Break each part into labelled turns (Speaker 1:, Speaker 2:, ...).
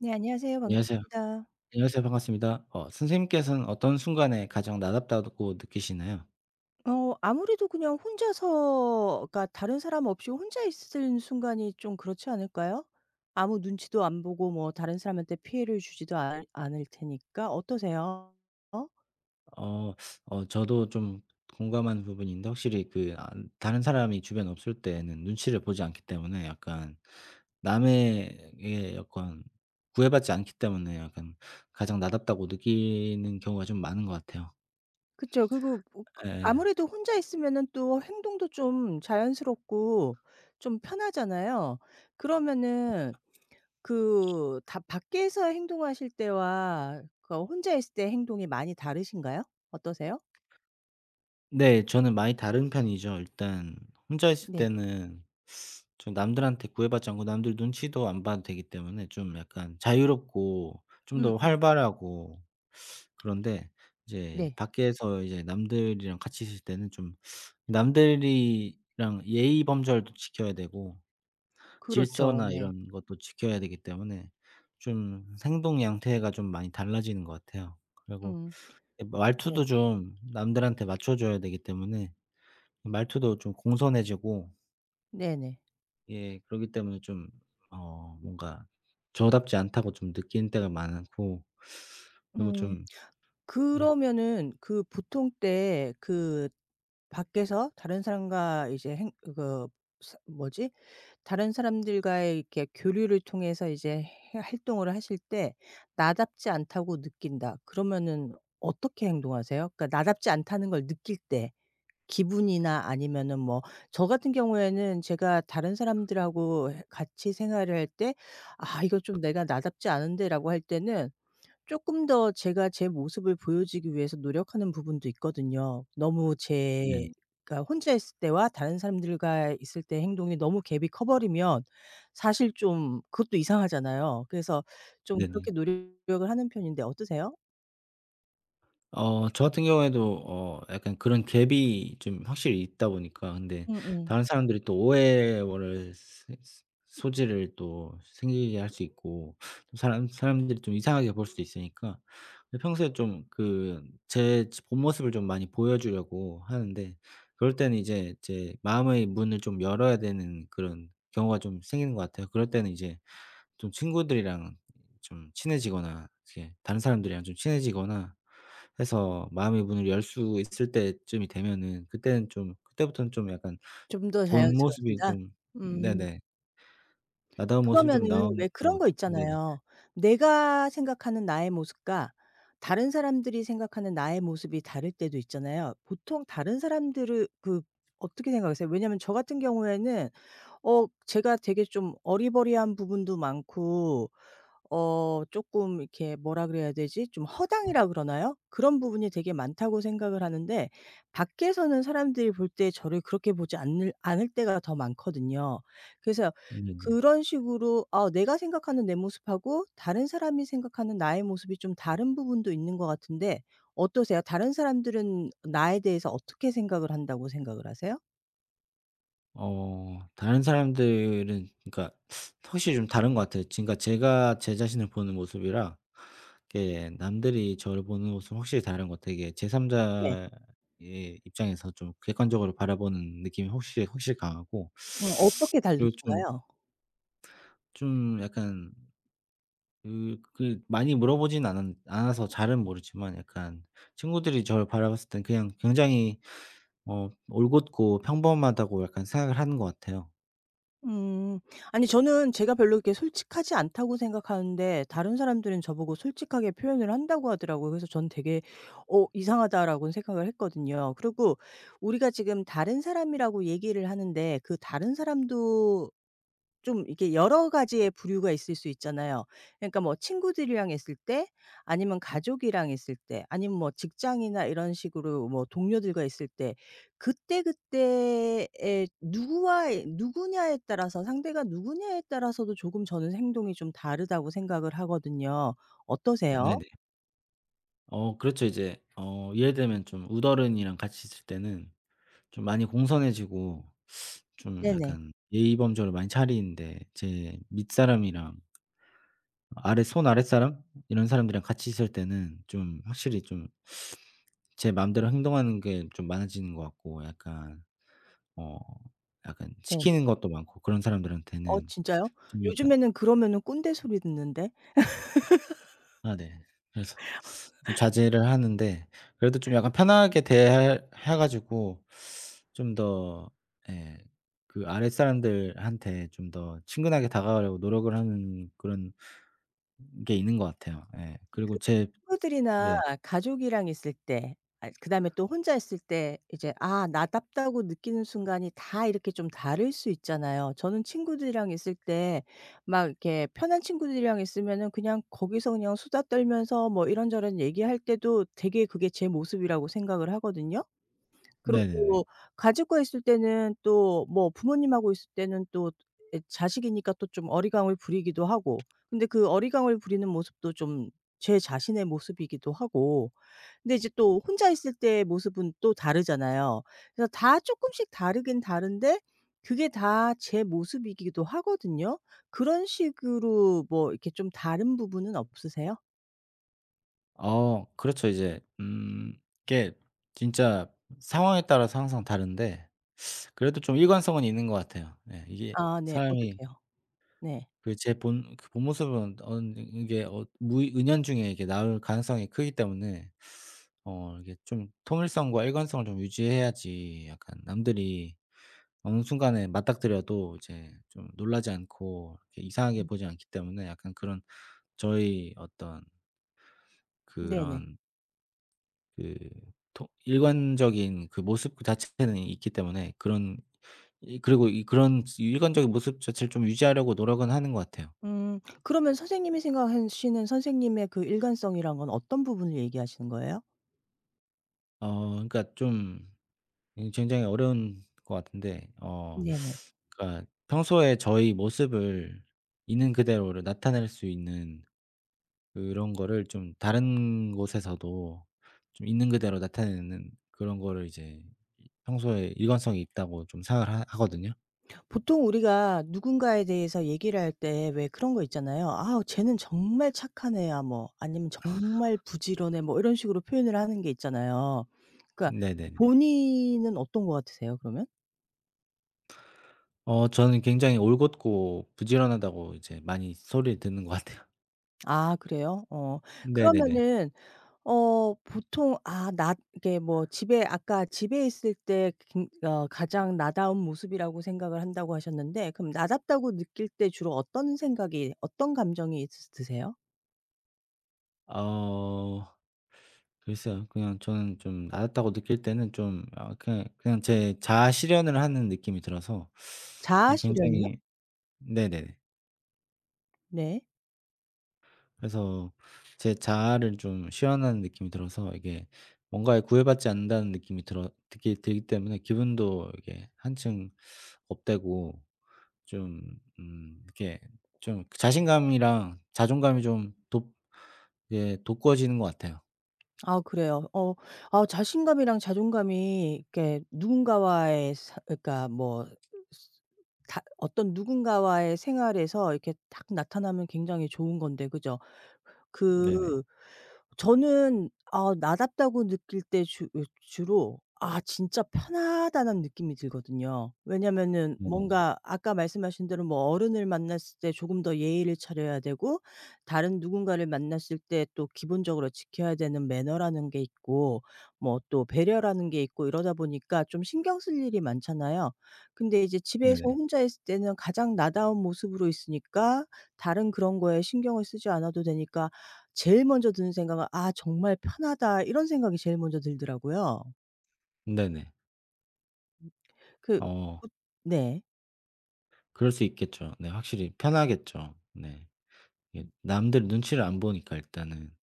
Speaker 1: 네, 안녕하세요.
Speaker 2: 안녕하세요.
Speaker 1: 반갑습니다.
Speaker 2: 안녕하세요. 반갑습니다. 선생님께서는 어떤 순간에 가장 나답다고 느끼시나요?
Speaker 1: 아무래도 그냥 혼자서 그러니까 다른 사람 없이 혼자 있을 순간이 좀 그렇지 않을까요? 아무 눈치도 안 보고 뭐 다른 사람한테 피해를 주지도 않 않을 테니까 어떠세요? 어?
Speaker 2: 어 저도 좀 공감하는 부분인데 확실히 다른 사람이 주변에 없을 때는 눈치를 보지 않기 때문에 약간 남의 게 약간 구애받지 않기 때문에 약간 가장 나답다고 느끼는 경우가 좀 많은 것 같아요.
Speaker 1: 그쵸. 그리고 뭐 그
Speaker 2: 예.
Speaker 1: 아무래도 혼자 있으면은 또 행동도 좀 자연스럽고 좀 편하잖아요. 그러면은 그 다 밖에서 행동하실 때와 그 혼자 있을 때 행동이 많이 다르신가요? 어떠세요?
Speaker 2: 네. 저는 많이 다른 편이죠. 일단 혼자 있을
Speaker 1: 네.
Speaker 2: 때는 좀 남들한테 구애받지 않고 남들 눈치도 안 봐도 되기 때문에 좀 약간 자유롭고 좀 더
Speaker 1: 음음.
Speaker 2: 활발하고, 그런데 이제
Speaker 1: 네.
Speaker 2: 밖에서 이제 남들이랑 같이 있을 때는 좀 남들이랑 예의 범절도 지켜야 되고
Speaker 1: 그렇죠.
Speaker 2: 질서나
Speaker 1: 네.
Speaker 2: 이런 것도 지켜야 되기 때문에 좀 행동 양태가 좀 많이 달라지는 것 같아요. 그리고
Speaker 1: 음. 네.
Speaker 2: 말투도 좀 남들한테 맞춰 줘야 되기 때문에 말투도 좀 공손해지고,
Speaker 1: 네네.
Speaker 2: 예, 그러기 때문에 좀 뭔가 저답지 않다고 좀 느끼는 때가 많고, 그리고
Speaker 1: 음.
Speaker 2: 좀 예.
Speaker 1: 그러면은 그 보통 때 그 밖에서 다른 사람과 이제 행 그 사 뭐지? 다른 사람들과의 이렇게 교류를 통해서 이제 해 활동을 하실 때 '나답지 않다고 느낀다.' 그러면은 어떻게 행동하세요? 그러니까 나답지 않다는 걸 느낄 때. 기분이나 아니면은 뭐 저 같은 경우에는 제가 다른 사람들하고 해 같이 생활을 할 때 '아 이거 좀 내가 나답지 않은데.'라고 할 때는 조금 더 제가 제 모습을 보여주기 위해서 노력하는 부분도 있거든요. 너무 제
Speaker 2: 네네.
Speaker 1: 가 혼자 있을 때와 다른 사람들과 있을 때 행동이 너무 갭이 커 버리면 사실 좀 그것도 이상하잖아요. 그래서 좀
Speaker 2: 네네.
Speaker 1: 그렇게 노력을 하는 편인데 어떠세요?
Speaker 2: 저 같은 경우에도 약간 그런 갭이 좀 확실히 있다 보니까, 근데
Speaker 1: 음음.
Speaker 2: 다른 사람들이 또 오해를 스 스 소지를 또 생기게 할 수 있고, 또 사람들이 좀 이상하게 볼 수도 있으니까. 근데 평소에 좀 그 제 본 모습을 좀 많이 보여 주려고 하는데, 그럴 때는 이제 제 마음의 문을 좀 열어야 되는 그런 경우가 좀 생기는 것 같아요. 그럴 때는 이제 좀 친구들이랑 좀 친해지거나 이렇게 다른 사람들이랑 좀 친해지거나 해서 마음의 문을 열 수 있을 때쯤이 되면은, 그때는 좀 그때부터는 좀 약간
Speaker 1: 좀 더
Speaker 2: 본 모습이
Speaker 1: 자연스러워진다?
Speaker 2: 좀,
Speaker 1: 음.
Speaker 2: 네네, 나다운 모습이 좀
Speaker 1: 그러면은
Speaker 2: 나오는
Speaker 1: 왜
Speaker 2: 것
Speaker 1: 그런 거
Speaker 2: 같아요. 네네.
Speaker 1: 있잖아요. 내가 생각하는 나의 모습과 다른 사람들이 생각하는 나의 모습이 다를 때도 있잖아요. 보통 다른 사람들을 그 어떻게 생각하세요? 왜냐하면 저 같은 경우에는 제가 되게 좀 어리버리한 부분도 많고 쪼끔 이렇게 뭐라 그래야 되지? 좀 허당이라 그러나요? 그런 부분이 되게 많다고 생각을 하는데 밖에서는 사람들이 볼 때 저를 그렇게 보지 않을 때가 더 많거든요. 그래서
Speaker 2: 네네.
Speaker 1: 그런 식으로 아 내가 생각하는 내 모습하고 다른 사람이 생각하는 나의 모습이 좀 다른 부분도 있는 것 같은데 어떠세요? 다른 사람들은 나에 대해서 어떻게 생각을 한다고 생각을 하세요?
Speaker 2: 다른 사람들은 그러니까 확실히 좀 다른 것 같아요. 그러니까 제가 제 자신을 보는 모습이라, 이게 남들이 저를 보는 모습은 확실히 다른 것 같아요. 이게 제3
Speaker 1: 네.
Speaker 2: 자의 입장에서 좀 객관적으로 바라보는 느낌이 확실히 강하고,
Speaker 1: 어 어떻게
Speaker 2: 그리고 좀
Speaker 1: 다르신가요?
Speaker 2: 좀 약간 많이 물어보진 않았 않아서 잘은 모르지만, 약간 친구들이 저를 바라봤을 땐 그냥 굉장히 올곧고 평범하다고 약간 생각을 하는 것 같아요.
Speaker 1: 음. 아니 저는 제가 별로 이렇게 솔직하지 않다고 생각하는데 다른 사람들은 저보고 솔직하게 표현을 한다고 하더라고요. 그래서 저는 되게 '어 이상하다.'라고는 생각을 했거든요. 그리고 우리가 지금 다른 사람이라고 얘기를 하는데 그 다른 사람도 좀 이게 여러 가지의 부류가 있을 수 있잖아요. 그러니까 뭐 친구들이랑 있을 때 아니면 가족이랑 있을 때 아니면 뭐 직장이나 이런 식으로 뭐 동료들과 있을 때 그때그때에 누구와 누구냐에 따라서 상대가 누구냐에 따라서도 조금 저는 행동이 좀 다르다고 생각을 하거든요. 어떠세요?
Speaker 2: 네네. 그렇죠. 이제 예를 들면 좀 우더른이랑 같이 있을 때는 좀 많이 공손해지고 좀
Speaker 1: 네네.
Speaker 2: 약간 예의 범절을 많이 차리는데, 제 윗사람이랑 아래 손 아랫사람 이런 사람들이랑 같이 있을 때는 좀 확실히 좀 제 마음대로 행동하는 게 좀 많아지는 것 같고, 약간 어 약간
Speaker 1: 네.
Speaker 2: 시키는 것도 많고 그런
Speaker 1: 어
Speaker 2: 사람들한테는
Speaker 1: 진짜요?
Speaker 2: 좀 약간.
Speaker 1: 요즘에는 그러면은 꼰대 소리 듣는데.
Speaker 2: 아 네. 그래서 좀 자제를 하는데, 그래도 좀 약간 편하게 대해 해 가지고 좀 더, 예, 그 아랫사람들한테 좀 더 친근하게 다가가려고 노력을 하는 그런 게 있는 것 같아요. 예. 그리고 제
Speaker 1: 친구들이나
Speaker 2: 네.
Speaker 1: 가족이랑 있을 때 아 그다음에 또 혼자 있을 때 이제 아 나답다고 느끼는 순간이 다 이렇게 좀 다를 수 있잖아요. 저는 친구들이랑 있을 때 막 이렇게 편한 친구들이랑 있으면은 그냥 거기서 그냥 수다 떨면서 뭐 이런저런 얘기할 때도 되게 그게 제 모습이라고 생각을 하거든요.
Speaker 2: 네네네.
Speaker 1: 그리고 가족과 있을 때는 또 뭐 부모님하고 있을 때는 또 자식이니까 또 좀 어리광을 부리기도 하고 근데 그 어리광을 부리는 모습도 좀 제 자신의 모습이기도 하고 근데 이제 또 혼자 있을 때의 모습은 또 다르잖아요. 그래서 다 조금씩 다르긴 다른데 그게 다 제 모습이기도 하거든요. 그런 식으로 뭐 이렇게 좀 다른 부분은 없으세요?
Speaker 2: 그렇죠. 이제 이게 진짜 상황에 따라서 항상 다른데, 그래도 좀 일관성은 있는 것 같아요. 예. 이게
Speaker 1: 아 네. 어떻
Speaker 2: 사람이
Speaker 1: 게요 네.
Speaker 2: 그 제 본 그 본 모습은 어 이게 어 무의 은연중에 이게 나올 가능성이 크기 때문에, 이게 좀 통일성과 일관성을 좀 유지해야지 약간 남들이 어느 순간에 맞닥뜨려도 이제 좀 놀라지 않고 이렇게 이상하게
Speaker 1: 음.
Speaker 2: 보지 않기 때문에, 약간 그런 저의 어떤
Speaker 1: 네네.
Speaker 2: 그런 그 토 일관적인 그 모습 그 자체는 있기 때문에, 그런 이 그리고 이 그런 일관적인 모습 자체를 좀 유지하려고 노력은 하는 것 같아요.
Speaker 1: 음. 그러면 선생님이 생각하시는 선생님의 그 일관성이란 건 어떤 부분을 얘기하시는 거예요?
Speaker 2: 그러니까 좀 이 굉장히 어려운 것 같은데,
Speaker 1: 네네.
Speaker 2: 그러니까 평소에 저희 모습을 있는 그대로를 나타낼 수 있는 그런 거를 좀 다른 곳에서도 좀 있는 그대로 나타내는 그런 거를 이제 평소에 일관성이 있다고 좀 생각을 하 하거든요.
Speaker 1: 보통 우리가 누군가에 대해서 얘기를 할 때 왜 그런 거 있잖아요. "아 쟤는 정말 착한 애야." 뭐 아니면 "정말 부지런해." 뭐 이런 식으로 표현을 하는 게 있잖아요. 그러니까
Speaker 2: 네네네.
Speaker 1: 본인은 어떤 것 같으세요 그러면?
Speaker 2: 저는 굉장히 올곧고 부지런하다고 이제 많이 소리를 듣는 것 같아요.
Speaker 1: 아 그래요? 어.
Speaker 2: 네네네.
Speaker 1: 그러면은 어 보통 아 나 이게 뭐 집에 아까 집에 있을 때 긴 어 가장 나다운 모습이라고 생각을 한다고 하셨는데 그럼 나답다고 느낄 때 주로 어떤 생각이 어떤 감정이 있으 드세요?
Speaker 2: 어. 글쎄요. 그냥 저는 좀 나았다고 느낄 때는 좀 아 그냥 제 자아 실현을 하는 느낌이 들어서
Speaker 1: 자아 실현이요?
Speaker 2: 굉장히 네네네.
Speaker 1: 네.
Speaker 2: 그래서 제 자아를 좀 실현하는 느낌이 들어서 이게 뭔가에 구애받지 않는다는 느낌이 들어 들기 들기 때문에 기분도 이게 한층 업되고 좀 이렇게 좀 자신감이랑 자존감이 좀 돋 예 돋구어지는 것 같아요.
Speaker 1: 아 그래요. 어 아 자신감이랑 자존감이 이렇게 누군가와의 사 그러니까 뭐 다 어떤 누군가와의 생활에서 이렇게 딱 나타나면 굉장히 좋은 건데 그죠?
Speaker 2: 네네.
Speaker 1: 그 저는 아 나답다고 느낄 때 주 주로 아 진짜 편하다는 느낌이 들거든요. 왜냐면은
Speaker 2: 네네.
Speaker 1: 뭔가 아까 말씀하신 대로 뭐 어른을 만났을 때 조금 더 예의를 차려야 되고 다른 누군가를 만났을 때 또 기본적으로 지켜야 되는 매너라는 게 있고 뭐 또 배려라는 게 있고 이러다 보니까 좀 신경 쓸 일이 많잖아요. 근데 이제 집에서
Speaker 2: 네네.
Speaker 1: 혼자 있을 때는 가장 나다운 모습으로 있으니까 다른 그런 거에 신경을 쓰지 않아도 되니까 제일 먼저 드는 생각은 '아 정말 편하다.' 이런 생각이 제일 먼저 들더라고요.
Speaker 2: 네네.
Speaker 1: 그
Speaker 2: 어.
Speaker 1: 보 네.
Speaker 2: 그럴 수 있겠죠. 네. 확실히 편하겠죠. 네. 이게 남들 눈치를 안 보니까 일단은.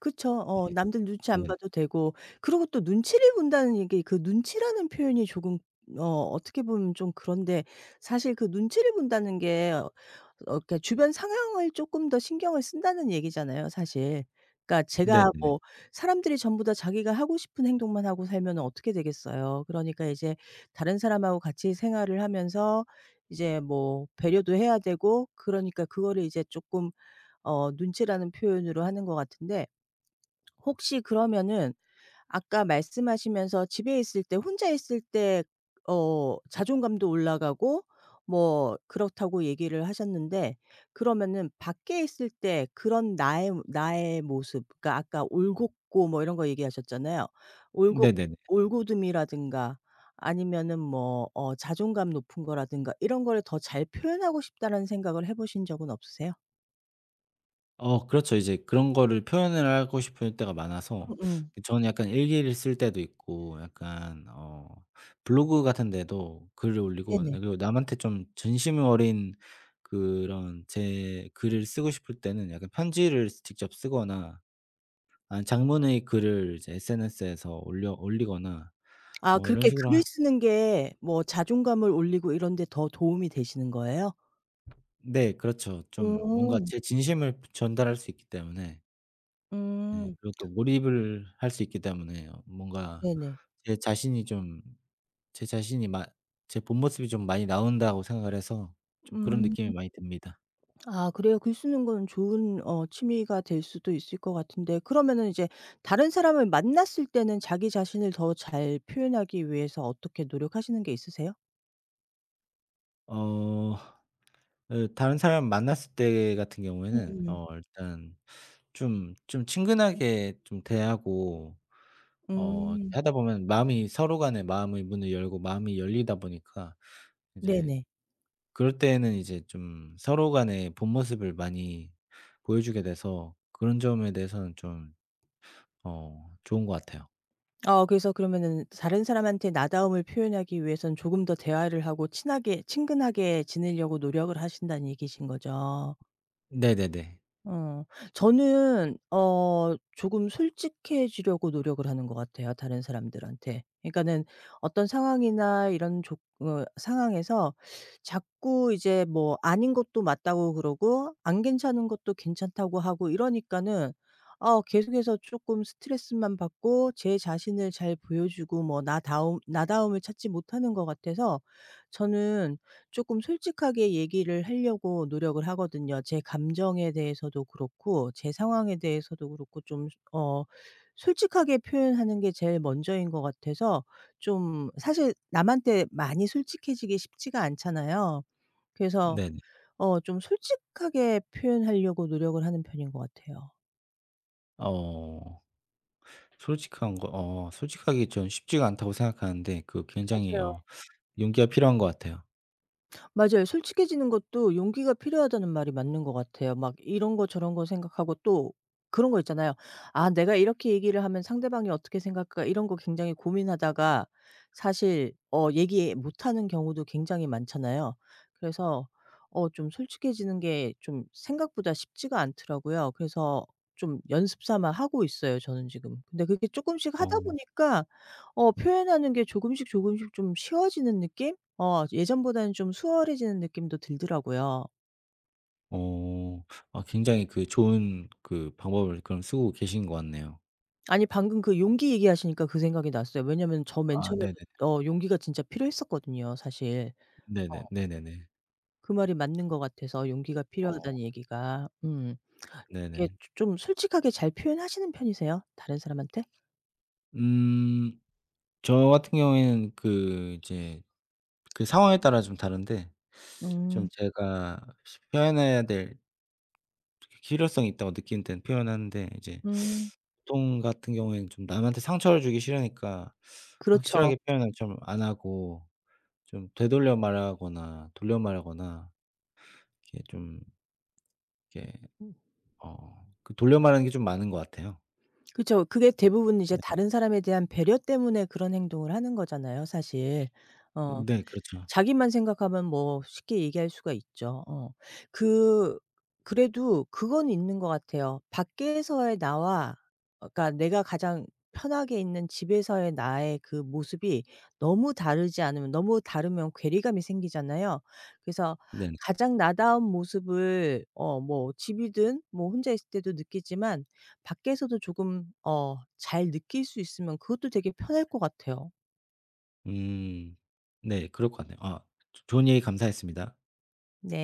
Speaker 1: 그쵸. 어 남들 눈치 안
Speaker 2: 네네.
Speaker 1: 봐도 되고 그리고 또 눈치를 본다는 이게 그 눈치라는 표현이 조금 어 어떻게 보면 좀 그런데 사실 그 눈치를 본다는 게어 어, 그러니까 주변 상황을 쪼끔 더 신경을 쓴다는 얘기잖아요 사실. 그러니까 제가
Speaker 2: 네네네.
Speaker 1: 뭐 사람들이 전부 다 자기가 하고 싶은 행동만 하고 살면은 어떻게 되겠어요. 그러니까 이제 다른 사람하고 같이 생활을 하면서 이제 뭐 배려도 해야 되고 그러니까 그거를 이제 쪼끔 어 눈치라는 표현으로 하는 것 같은데 혹시 그러면은 아까 말씀하시면서 집에 있을 때 혼자 있을 때 어 자존감도 올라가고 뭐 그렇다고 얘기를 하셨는데 그러면은 밖에 있을 때 그런 나의 모습 그러니까 아까 올곧고 뭐 이런 거 얘기하셨잖아요. 올고
Speaker 2: 네네네.
Speaker 1: 올고듬이라든가 아니면은 뭐 어 자존감 높은 거라든가 이런 거를 더 잘 표현하고 싶다는 생각을 해 보신 적은 없으세요?
Speaker 2: 그렇죠. 이제 그런 거를 표현을 하고 싶을 때가 많아서,
Speaker 1: 음음.
Speaker 2: 그 저는 약간 일기를 쓸 때도 있고, 약간 블로그 같은 데도 글을 올리고, 네,
Speaker 1: 네네.
Speaker 2: 그리고 남한테 좀 진심 어린 그런 제 글을 쓰고 싶을 때는 약간 편지를 직접 쓰거나 아니면 장문의 글을 이제 SNS에서 올려 올리거나,
Speaker 1: 아
Speaker 2: 뭐 이런
Speaker 1: 그렇게
Speaker 2: 식으로.
Speaker 1: 글을 쓰는 게 뭐 자존감을 올리고 이런 데 더 도움이 되시는 거예요?
Speaker 2: 네 그렇죠. 좀 뭔가
Speaker 1: 음.
Speaker 2: 제 진심을 전달할 수 있기 때문에. 네,
Speaker 1: 음.
Speaker 2: 그리고 또 몰입을 할 수 있기 때문에 뭔가
Speaker 1: 네네.
Speaker 2: 제 자신이 좀 제 자신이 마 제 본 모습이 좀 많이 나온다고 생각을 해서 좀 그런
Speaker 1: 음.
Speaker 2: 느낌이 많이 듭니다.
Speaker 1: 아 그래요. 글 쓰는 건 좋은 어 취미가 될 수도 있을 것 같은데 그러면은 이제 다른 사람을 만났을 때는 자기 자신을 더 잘 표현하기 위해서 어떻게 노력하시는 게 있으세요?
Speaker 2: 어 예, 다른 사람 만났을 때 같은 경우에는
Speaker 1: 음.
Speaker 2: 일단 좀 친근하게 좀 대하고
Speaker 1: 음.
Speaker 2: 하다 보면 마음이 서로 간에 마음의 문을 열고 마음이 열리다 보니까 이제,
Speaker 1: 네네.
Speaker 2: 그럴 때에는 이제 좀 서로 간의 본 모습을 많이 보여주게 돼서 그런 점에 대해서는 좀 좋은 것 같아요.
Speaker 1: 어 그래서 그러면은 다른 사람한테 나다움을 표현하기 위해선 조금 더 대화를 하고 친하게 친근하게 지내려고 노력을 하신다는 얘기신 거죠?
Speaker 2: 네네네.
Speaker 1: 어. 저는 어 조금 솔직해지려고 노력을 하는 것 같아요, 다른 사람들한테. 그러니까는 어떤 상황이나 이런 조 어 상황에서 자꾸 이제 뭐 아닌 것도 맞다고 그러고 안 괜찮은 것도 괜찮다고 하고 이러니까는 어 계속해서 쪼끔 스트레스만 받고 제 자신을 잘 보여주고 뭐 나다움을 찾지 못하는 것 같아서 저는 조금 솔직하게 얘기를 하려고 노력을 하거든요. 제 감정에 대해서도 그렇고 제 상황에 대해서도 그렇고 좀 어 솔직하게 표현하는 게 제일 먼저인 것 같아서 좀 사실 남한테 많이 솔직해지기 쉽지가 않잖아요. 그래서
Speaker 2: 네네.
Speaker 1: 어 좀 솔직하게 표현하려고 노력을 하는 편인 것 같아요.
Speaker 2: 어 솔직한 거 솔직하기 좀 쉽지가 않다고 생각하는데, 그 굉장히 용기가 필요한 것 같아요.
Speaker 1: 맞아요. 솔직해지는 것도 용기가 필요하다는 말이 맞는 것 같아요. 막 이런 거 저런 거 생각하고 또 그런 거 있잖아요. '아 내가 이렇게 얘기를 하면 상대방이 어떻게 생각할까?' 이런 거 굉장히 고민하다가 사실 어 얘기 못 하는 경우도 굉장히 많잖아요. 그래서 어 좀 솔직해지는 게 좀 생각보다 쉽지가 않더라고요. 그래서 좀 연습 삼아 하고 있어요 저는 지금. 근데 그게 조금씩 하다
Speaker 2: 어.
Speaker 1: 보니까 어 표현하는 게 조금씩 좀 쉬워지는 느낌? 어 예전보다는 좀 수월해지는 느낌도 들더라고요.
Speaker 2: 어. 아, 굉장히 그 좋은 그 방법을 그럼 쓰고 계신 것 같네요.
Speaker 1: 아니 방금 그 용기 얘기하시니까 그 생각이 났어요. 왜냐면 저 맨 네.
Speaker 2: 아
Speaker 1: 처음에도
Speaker 2: 네네.
Speaker 1: 어 용기가 진짜 필요했었거든요 사실.
Speaker 2: 네네.
Speaker 1: 어.
Speaker 2: 네네네.
Speaker 1: 그 말이 맞는 것 같아서 용기가
Speaker 2: 어
Speaker 1: 필요하다는 얘기가. 음. 이게
Speaker 2: 네네.
Speaker 1: 좀 솔직하게 잘 표현하시는 편이세요? 다른 사람한테?
Speaker 2: 음 저 같은 경우에는 그 이제 그 상황에 따라 좀 다른데,
Speaker 1: 음.
Speaker 2: 좀 제가 표현해야 될 필요성이 있다고 느끼는 때는 표현하는데, 이제
Speaker 1: 음.
Speaker 2: 보통 같은 경우에는 좀 남한테 상처를 주기 싫으니까
Speaker 1: 그렇죠.
Speaker 2: 확실하게 표현을 좀 안 하고 좀 되돌려 말하거나 돌려 말하거나 이렇게 이렇게
Speaker 1: 음
Speaker 2: 그 돌려 말하는 게 좀 많은 것 같아요.
Speaker 1: 그쵸. 그게 대부분 이제 다른 사람에 대한 배려 때문에 그런 행동을 하는 거잖아요 사실. 어.
Speaker 2: 네 그렇죠.
Speaker 1: 자기만 생각하면 뭐 쉽게 얘기할 수가 있죠. 어. 그 그래도 그건 있는 것 같아요. 밖에서의 나와 어 그러니까 내가 가장 편하게 있는 집에서의 나의 그 모습이 너무 다르지 않으면 너무 다르면 괴리감이 생기잖아요. 그래서
Speaker 2: 네네.
Speaker 1: 가장 나다운 모습을 어 뭐 집이든 뭐 혼자 있을 때도 느끼지만 밖에서도 조금 어 잘 느낄 수 있으면 그것도 되게 편할 것 같아요.
Speaker 2: 음. 네 그럴 것 같네요. 아 좋은 얘기 감사했습니다.
Speaker 1: 네.